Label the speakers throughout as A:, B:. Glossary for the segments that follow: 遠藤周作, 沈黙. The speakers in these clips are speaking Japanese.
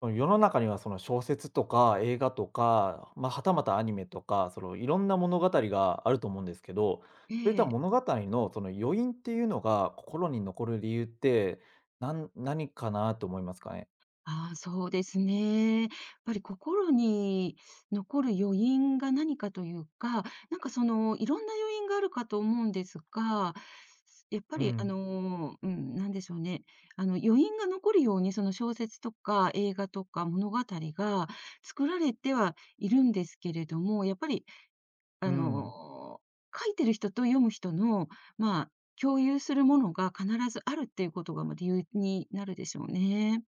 A: その世の中にはその小説とか映画とか、まあ、はたまたアニメとか、そのいろんな物語があると思うんですけど、
B: え
A: そういった
B: え。
A: 物語のその余韻っていうのが心に残る理由って、何かなと思いますかね？
B: ああ、そうですね。やっぱり心に残る余韻が何かというか、なんかいろんな余韻があるかと思うんですが、やっぱ
A: う
B: り
A: ん、
B: うん、なんでしょうね。余韻が残るように、その小説とか映画とか物語が作られてはいるんですけれども、やっぱり、
A: う
B: あ
A: ん。
B: の、書いてる人と読む人の、まあ、共有するものが必ずあるっていうことが、ま、理由になるでしょうね。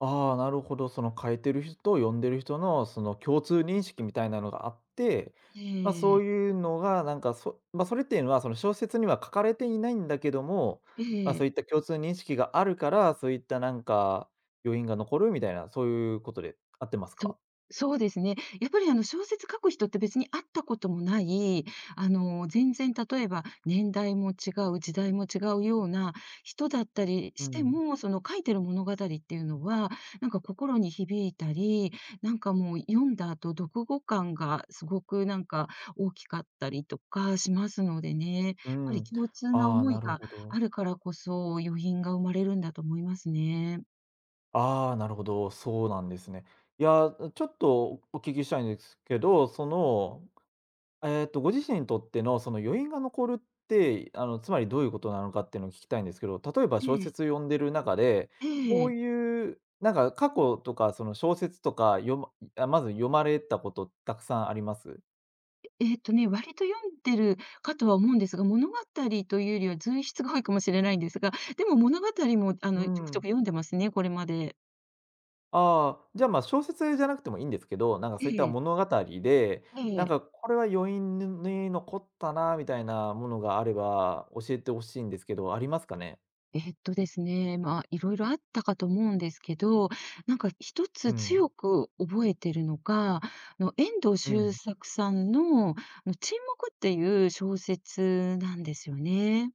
A: ああ、なるほど。その書いてる人と読んでる人のその共通認識みたいなのがあって、
B: え
A: まあ、そ
B: え、
A: ういうのがなんか、まあ、それっていうのは、その小説には書かれていないんだけども、
B: え
A: まあ、そう
B: え、
A: いった共通認識があるから、そういったなんか余韻が残るみたいな、そういうことで合ってますか？
B: そそうですね。やっぱりあの小説書く人って別に会ったこともない、全然例えば年代も違う、時代も違うような人だったり
A: う
B: して
A: ん。
B: も、その書いてる物語っていうのは、なんか心に響いたり、なんかもう読んだ後、読後感がすごくなんか大きかったりとかしますのでね。やっ
A: う
B: ぱり
A: ん。
B: 共通な
A: ああ、
B: 思い
A: なる
B: が
A: ほ
B: あ
A: ど。
B: るからこそ、余韻が生まれるんだと思いますね。
A: ああ、なるほど、そうなんですね。いや、ちょっとお聞きしたいんですけど、そのご自身にとってのその余韻が残るって、つまりどういうことなのかっていうのを聞きたいんですけど、例えば
B: え
A: 小
B: え、
A: 説読んでる中で、
B: え
A: こ
B: え。
A: ういう、なんか過去とかその小説とか読まあ、まず読まれたことたくさんあります？
B: 割と読んでるかとは思うんですが、物語というよりは随筆が多いかもしれないんですが、でも物語も
A: う
B: ちょくちょ
A: ん。
B: く読んでますね、これまで。
A: ああ、じゃ、ま、小説じゃなくてもいいんですけど、なんか
B: え
A: そういった
B: え、
A: 物語で、
B: え
A: なん
B: え。
A: かこれは余韻に残ったなみたいなものがあれば教えてほしいんですけど、ありますかね？
B: ですね、まあ、いろいろあったかと思うんですけど、なんか一
A: う
B: つ
A: ん。
B: 強く覚えてるのが、遠藤
A: う
B: 周
A: ん。
B: 作さんの、沈黙っていう小説なんですよね。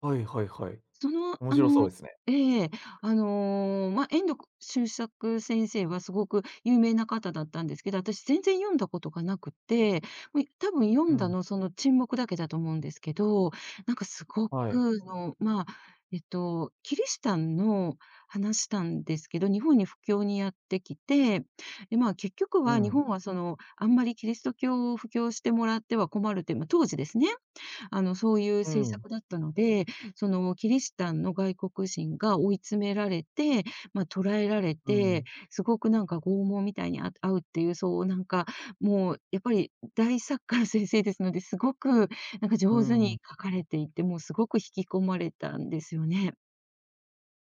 A: はいはいはい。
B: その、
A: 面
B: あ
A: 白そ
B: の
A: うですね。
B: ええ、まあ、遠藤周作先生はすごく有名な方だったんですけど、私全然読んだことがなくて、もう多分読
A: う
B: んだ
A: ん。
B: のその沈黙だけだと思うんですけど、なんかすご
A: はい。
B: くの、まあ、キリシタンの話なんですけど、日本に布教にやってきて、で、まあ、結局
A: う
B: は日
A: ん。
B: 本はその、あんまりキリスト教を布教してもらっては困るって、ま、当時ですね。そういう
A: う
B: 政
A: ん。
B: 策だったので、そのキリシタンの外国人が追い詰められて、まあ、捕らえられ
A: う
B: て、
A: ん。
B: すごくなんか拷問みたいに遭うっていう、そうなんか、もうやっぱり大作家の先生ですので、すごくなんか
A: う
B: 上手
A: ん。
B: に書かれていて、もうすごく引き込まれたんですよね。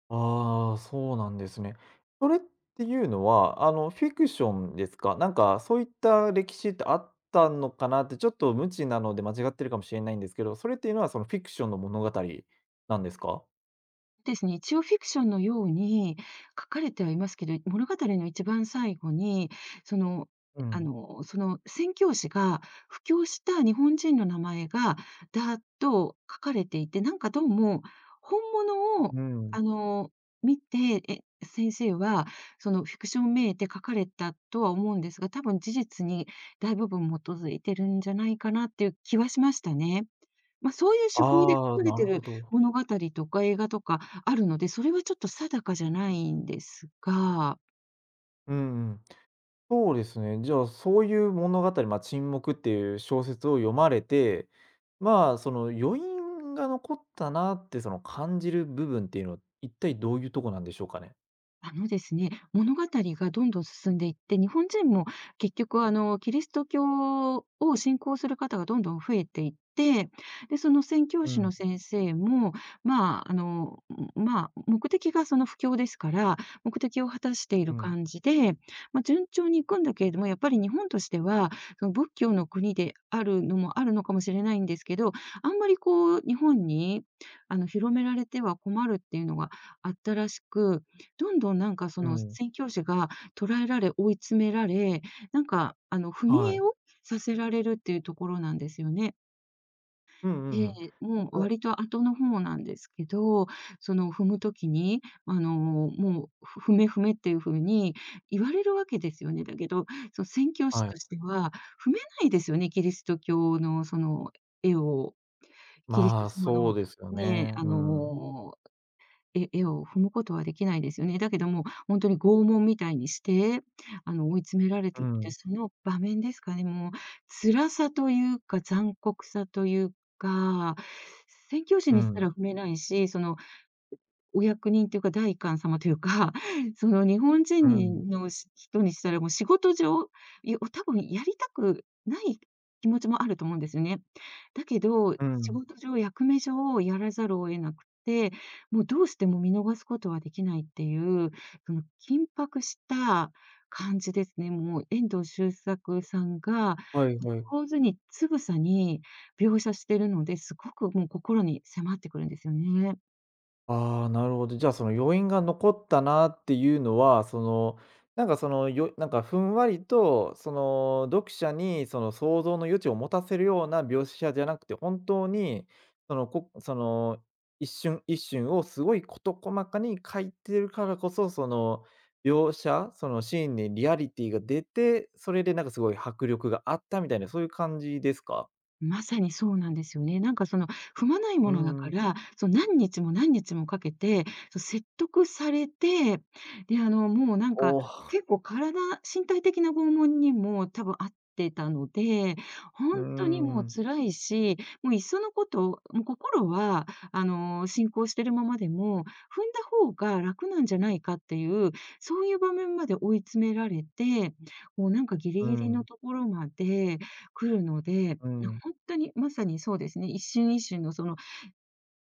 A: ああ、そうなんですね。それっていうのは、フィクションですか？なんか、そういった歴史ってあったのかなって、ちょっと無知なので間違ってるかもしれないんですけど、それっていうのは、その、フィクションの物語なんですか？
B: ですね、一応フィクションのように書かれてはいますけど、物語の一番最後に、その、
A: うん。
B: その宣教師が布教した日本人の名前がだーっと書かれていて、なんかどうも本物を、
A: うん。
B: あの、見て、先生はそのフィクションめいて書かれたとは思うんですが、多分事実に大部分基づいてるんじゃないかなっていう気はしましたね。まあ、そういう手法で
A: ああ、
B: 書かれ
A: なる
B: て
A: ほ
B: る
A: ど。
B: 物語とか映画とかあるので、それはちょっと定かじゃないんですが、
A: うんうん。そうですね。じゃあ、そういう物語、まあ、沈黙っていう小説を読まれて、まあ、その余韻が残ったなって、その感じる部分っていうのは、一体どういうとこなんでしょうかね？
B: あのですね、物語がどんどん進んでいって、日本人も結局キリスト教を信仰する方がどんどん増えていって、で、その宣教
A: う
B: 師
A: ん、
B: の先生も、まあ、まあ、目的がその布教ですから、目的を果たしてい
A: う
B: る
A: ん、
B: 感じで、まあ、順調に行くんだけれども、やっぱり日本としては、その仏教の国であるのもあるのかもしれないんですけど、あんまりこう日本に広められては困るっていうのがあったらしく、どんどんなんかそ
A: う
B: の
A: ん。
B: 宣教師が捉えられ、追い詰められ、なんかあの踏み
A: は
B: 絵
A: い。
B: をさせられるっていうところなんですよね。
A: うんうんう
B: で
A: ん。
B: もう
A: あ、
B: 割と後の方なんですけど、その踏む時に、もう、踏め踏めっていう風に言われるわけですよね。だけど、その宣教師
A: はい。
B: としては踏めないですよね、キリスト教のその絵を、キリス
A: ま
B: ト
A: あ、
B: 様の
A: そうですよ
B: ね、
A: ね。
B: あ
A: うん。
B: のえ絵を踏むことはできないですよね。だけども、本当に拷問みたいにして、追い詰められて
A: う
B: いって、
A: ん。
B: その場面ですかね、もう辛さというか、残酷さというか、宣教師
A: う
B: にした
A: ん。
B: ら踏めないし、そのお役人というか、第一官様というか、その日本
A: う
B: 人に
A: ん。
B: のし人にしたら、もう仕事上、多分やりたくない気持ちもあると思うんですよね。だけど、
A: う
B: 仕
A: ん。
B: 事上、役目上やらざるを得なくて、もうどうしても見逃すことはできないっていう、その緊迫した感じですね。もう遠藤周作さんが、も
A: はいは
B: う
A: い。
B: 上手につぶさに描写してるので、すごくもう心に迫ってくるんですよね。
A: ああ、なるほど。じゃあ、その余韻が残ったなっていうのは、その、なんかその、なんかふんわりと、その、読者にその想像の余地を持たせるような描写じゃなくて、本当に、その、一瞬一瞬をすごい事細かに書いてるからこそ、その、描写、そのシーンにリアリティが出て、それでなんかすごい迫力があったみたいな、そういう感じですか？
B: まさにそうなんですよね。なんかその踏まない
A: うー
B: ものだか
A: ん。
B: ら、その何日も何日もかけて、そう説得されて、で、もうなん
A: お
B: か
A: お、う
B: 結構身体的な拷問にも多分あってたので、
A: ー
B: 本当にもう
A: ん。
B: 辛いし、もういっそのこと、もう心は、進行してるままでも、踏んだ方が楽なんじゃないかっていう、そういう場面まで追い詰められて、もうなんかギリ
A: う
B: ギリの
A: ん。
B: ところまで来るので
A: う
B: いや、
A: ん。
B: まさにそうですね。一瞬一瞬のその、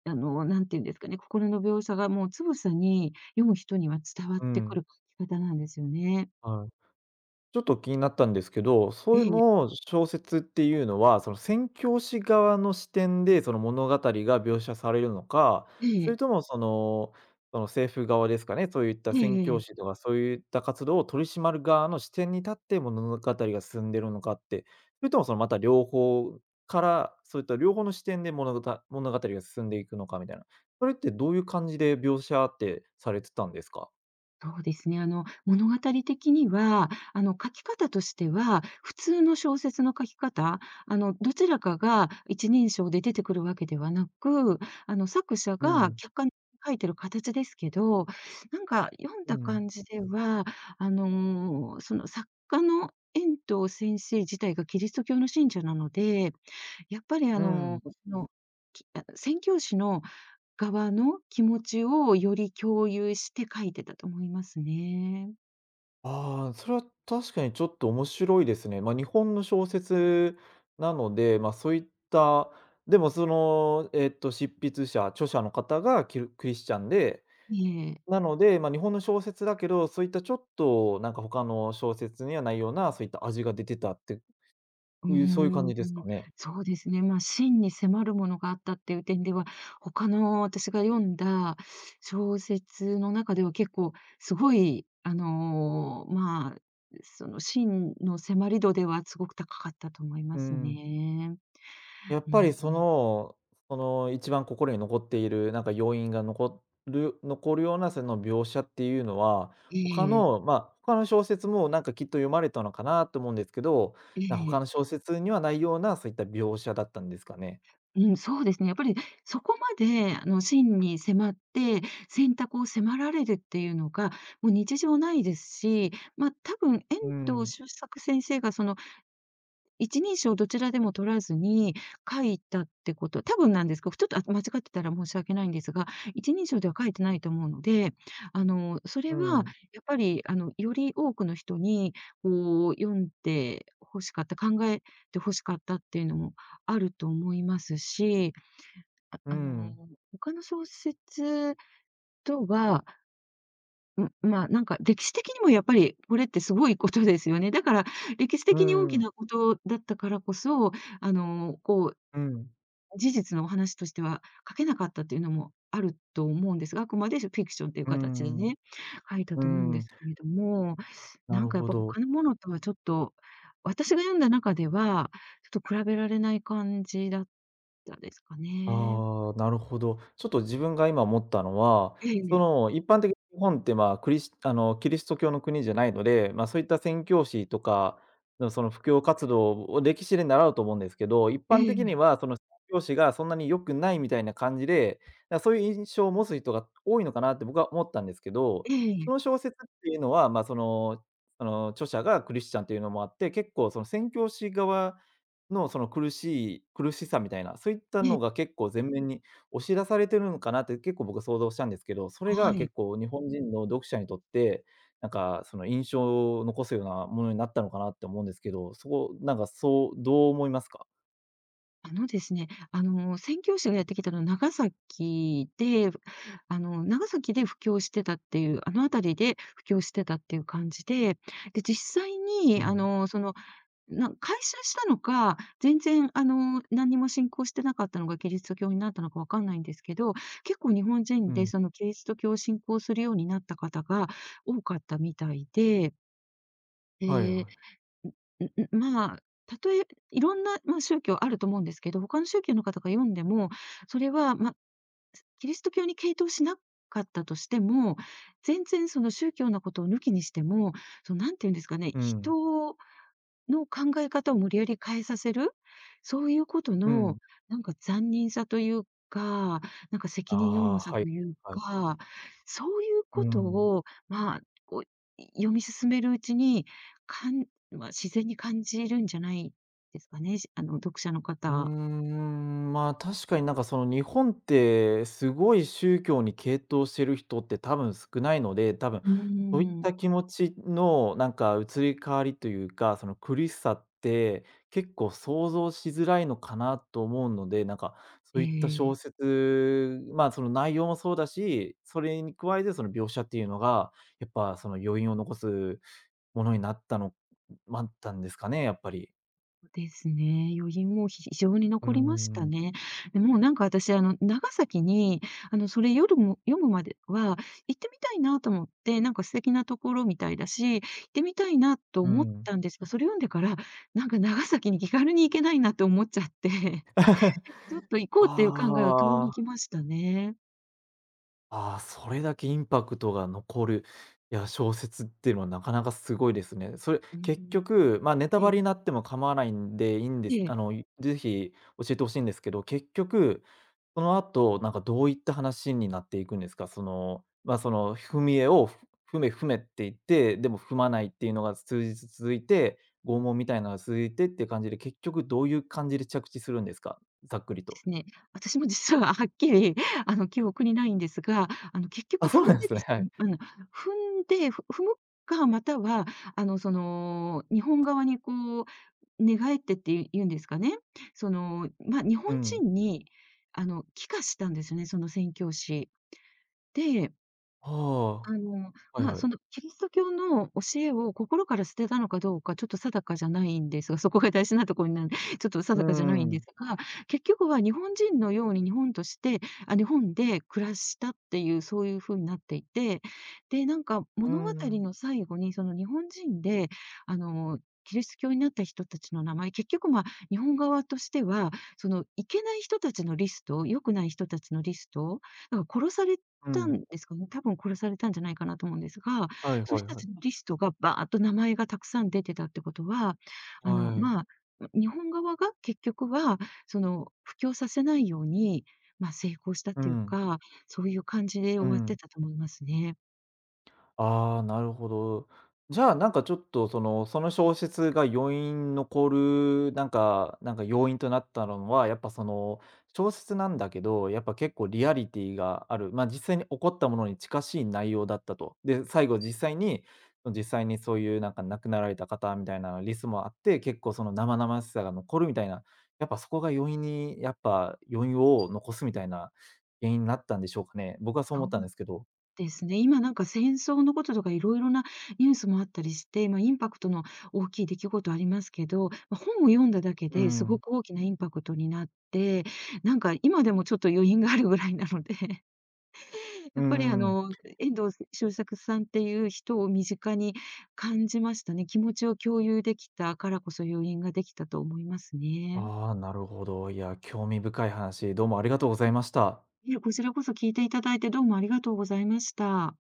B: あの、何て言うんですかね、心の描写がもうつぶさに読む人には伝わっ
A: う
B: てく
A: ん。
B: る書き方なんですよね。
A: はい。ちょっと気になったんですけど、そ
B: え
A: ういう
B: え、
A: のを小説っていうのは、その宣教師側の視点でその物語が描写されるのか、
B: え
A: それ
B: え、
A: ともその、その政府側ですかね、そういった
B: え
A: 宣
B: ええ
A: 教師
B: え。
A: とかそういった活動を取り締まる側の視点に立って物語が進んでるのかって、それともそのまた両方から、そういった両方の視点で物語が進んでいくのかみたいな。それってどういう感じで描写ってされてたんですか？
B: そうですね。物語的には、書き方としては、普通の小説の書き方、どちらかが一人称で出てくるわけではなく、作者
A: う
B: が
A: ん。
B: 客観的に書いてる形ですけど、なんか読ん
A: う
B: だ
A: ん。
B: 感じでは、その作家の遠藤先生自体がキリスト教の信者なので、やっぱり
A: うん。
B: 宣教師の側の気持ちをより共有して書いてたと思いますね。
A: ああ、それは確かにちょっと面白いですね。まあ、日本の小説なので、まあ、そういった、でもその、執筆者、著者の方がクリスチャンで、
B: ええ。
A: なので、まあ、日本の小説だけど、そういったちょっとなんか他の小説にはないような、そういった味が出てたって
B: うー
A: いう、そういう感じ
B: ん、
A: ですかね？
B: そうですね。まあ、真に迫るものがあったっていう点では、他の私が読んだ小説の中では結構すごい、まあ、その真の迫り度ではすごく高かったと思い
A: う
B: ます
A: ん。
B: ね。
A: やっ
B: うん
A: ぱ
B: う
A: りそ
B: ん。
A: の、その一番心に残っている、なんか要因が残るようなその描写っていうのは、
B: え
A: 他
B: え、
A: の、まあ、他の小説もなんかきっと読まれたのかなと思うんですけど、
B: え
A: 他
B: え。
A: の小説にはないようなそういった描写だったんですかね？
B: うん、そうですね。やっぱりそこまで、真に迫って、選択を迫られるっていうのが、もう日常ないですし、ま、多分、
A: う
B: 遠藤
A: ん、
B: 周作先生がその一人称どちらでも取らずに書いたってこと、多分なんですけど、ちょっと、あ、間違ってたら申し訳ないんですが、一人称では書いてないと思うので、そ
A: う
B: れはやっ
A: ん、
B: ぱり、より多くの人に、こう、読んで欲しかった、考えて欲しかったっていうのもあると思いますし
A: うん、
B: 他の小説とは、まあ、なんか歴史的にもやっぱりこれってすごいことですよね。だから歴史
A: う
B: 的に大
A: ん、
B: き
A: うん、
B: なことだったからこそ、こう、事実のお話としては書けなかったっていうのもあると思うんですが、あくまでフィクションという
A: う
B: 形で
A: ん、
B: ね、書いた
A: う
B: と思うんで
A: ん、
B: すけれども、
A: な
B: なん
A: る
B: かやっ
A: ほ
B: ぱ
A: ど。
B: 他のものとはちょっと、私が読んだ中では、ちょっと比べられない感じだったですかね。
A: ああ、なるほど。ちょっと自分が今思ったのは、
B: え
A: そ
B: え、
A: の、一般的に日本ってまあ、クリスあの、キリスト教の国じゃないので、まあ、そういった宣教師とかのその布教活動を歴史で習うと思うんですけど、一般的に
B: え
A: はその宣教師がそんなに良くないみたいな感じで、だからそういう印象を持つ人が多いのかなって僕は思ったんですけど、
B: ええ
A: その
B: え。
A: 小説っていうのは、まあ、その、あの、著者がクリスチャンっていうのもあって、結構その宣教師側の、その苦しさみたいな、そういった
B: え
A: の
B: え、
A: が結構前面に押し出されてるのかなって結構僕は想像したんですけど、それ
B: は
A: が
B: い。
A: 結構日本人の読者にとって、なんかその印象を残すようなものになったのかなって思うんですけど、そこ、なんかそう、どう思いますか？
B: ですね、宣教師がやってきたのは長崎で、長崎で布教してたっていう、あの辺りで布教してたっていう感じで、で、実際
A: う
B: に、
A: ん、
B: な改宗したのか、全然、何にも信仰してなかったのがキリスト教になったのかわかんないんですけど、結構日本
A: う
B: 人で
A: ん、
B: そのキリスト教を信仰するようになった方が多かったみたいで、
A: はい
B: で
A: はい。
B: んんん、まあ、たとえいろんな、まあ、宗教あると思うんですけど、他の宗教の方が読んでも、それは、まあ、キリスト教に傾倒しなかったとしても、全然その宗教のことを抜きにしても、そのなんていうんですかね、
A: うん、
B: 人の考え方を無理やり変えさせる、そういうこと
A: うん。
B: の、なんか残忍さというか、なんか
A: あ
B: 責任の重
A: あ、
B: さ
A: は
B: と
A: い、
B: いう
A: はい。
B: か、そういう
A: う
B: こと
A: ん。
B: を、まあ、こう、読み進めるうちに、かんまあ、自然に感じるんじゃないですかね、し読者の
A: うー
B: 方。
A: ん、まあ、確かになんかその日本ってすごい宗教に傾倒してる人って多分少ないので、多分
B: う
A: そういっ
B: ーん。
A: た気持ちのなんか移り変わりというか、その苦しさって結構想像しづらいのかなと思うので、なんかそ
B: え
A: ういった小
B: え。
A: 説、まあ、その内容もそうだし、それに加えてその描写っていうのが、やっぱその余韻を残すものになったんですかね、やっぱり。
B: そうですね。余韻も非常に
A: うー
B: 残りました
A: ん、
B: ね。で、もうなんか私、あの、長崎に、あの、それ夜も読むまでは行ってみたいなと思って、なんか素敵なところみたいだし、行ってみたいなと
A: う
B: 思っ
A: ん。
B: たんですが、それ読んでから、なんか長崎に気軽に行けないなって思っちゃって、ちょっと行こ
A: あ
B: うっていう考えを遠の
A: あ、
B: きましたね。
A: ああ、それだけインパクトが残る、いや、小説っていうのはなかなかすごいですね。それ、
B: う
A: 結
B: ん。
A: 局、まあ、ネタ
B: え
A: バ
B: え、
A: レになっても構わないんでいいんです。
B: ええ。
A: あの、ぜひ教えてほしいんですけど、結局、その後、なんかどういった話になっていくんですか？その、まあ、その踏み絵を踏め踏めって言って、でも踏まないっていうのが数日続いて、拷問みたいなのが続いてっていう感じで、結局どういう感じで着地するんですか？ざっくり
B: で
A: と。
B: すね、私も実ははっきり、記憶にないんですが、結
A: あ、
B: 局
A: そ
B: 踏ん
A: うなんで
B: で
A: す
B: で
A: ね、
B: す
A: はい。
B: ね踏んで、踏むか、または、日本側にこう、寝返ってってい言うんですかね。その、まあ、日
A: う
B: 本
A: ん。
B: 人に、帰化したんですよね、その宣教師。で
A: ああ、はい
B: まあ、
A: は
B: そ
A: い。
B: のキリスト教の教えを心から捨てたのかどうか、ちょっと定かじゃないんですが、そこが大事なところになる、ちょっと
A: うー
B: 定かじゃないんで
A: ん。
B: すが、結局は日本人のように日本として、あ、日本で暮らしたっていう、そういうふうになっていて、で、なんか
A: うー
B: 物語
A: ん、
B: の最後にその日本人で、あの、キリスト教になった人たちの名前、結局、まあ、日本側としては、そのいけない人たちのリスト、良くない人たちのリスト、だから殺され
A: う
B: た
A: ん。
B: んですかね。多分殺されたんじゃないかなと思うんですが、
A: はい
B: そ
A: は
B: し
A: い
B: た
A: は
B: ちの
A: い。
B: リストがバーっと名前がたくさん出てたってことは、
A: はい。
B: まあ、日本側が結局は、その、布教させないように、まあ、成功したっ
A: う
B: ていう
A: ん、
B: か、そういう感じで
A: う
B: 終わって
A: ん。
B: たと思いますね。
A: ああ、なるほど。じゃあ、なんかちょっとその、その小説が余韻残る、なんか要因となったのは、やっぱその、小説なんだけど、やっぱ結構リアリティがある、ま、実際に起こったものに近しい内容だったと。で、最後実際に、実際にそういうなんか亡くなられた方みたいなリスもあって、結構その生々しさが残るみたいな、やっぱそこが余韻にやっぱ余韻を残すみたいな原因になったんでしょうかね。僕はそう
B: そ
A: 思っ
B: う
A: たんですけど。
B: ですね。今なんか戦争のこととかいろいろなニュースもあったりして、まあ、インパクトの大きい出来事ありますけど、まあ、本を読んだだけ
A: う
B: ですご
A: ん、
B: く大きなインパクトになって、なんか今でもちょっと余韻があるぐらいなので、
A: う
B: やっぱり
A: ん。
B: 遠藤周作さんっていう人を身近に感じましたね。気持ちを共有できたからこそ余韻ができたと思いますね。
A: ああ、なるほど。いや、興味深い話、どうもありがとうございました。
B: いやこちらこそ聞いていただいてどうもありがとうございました。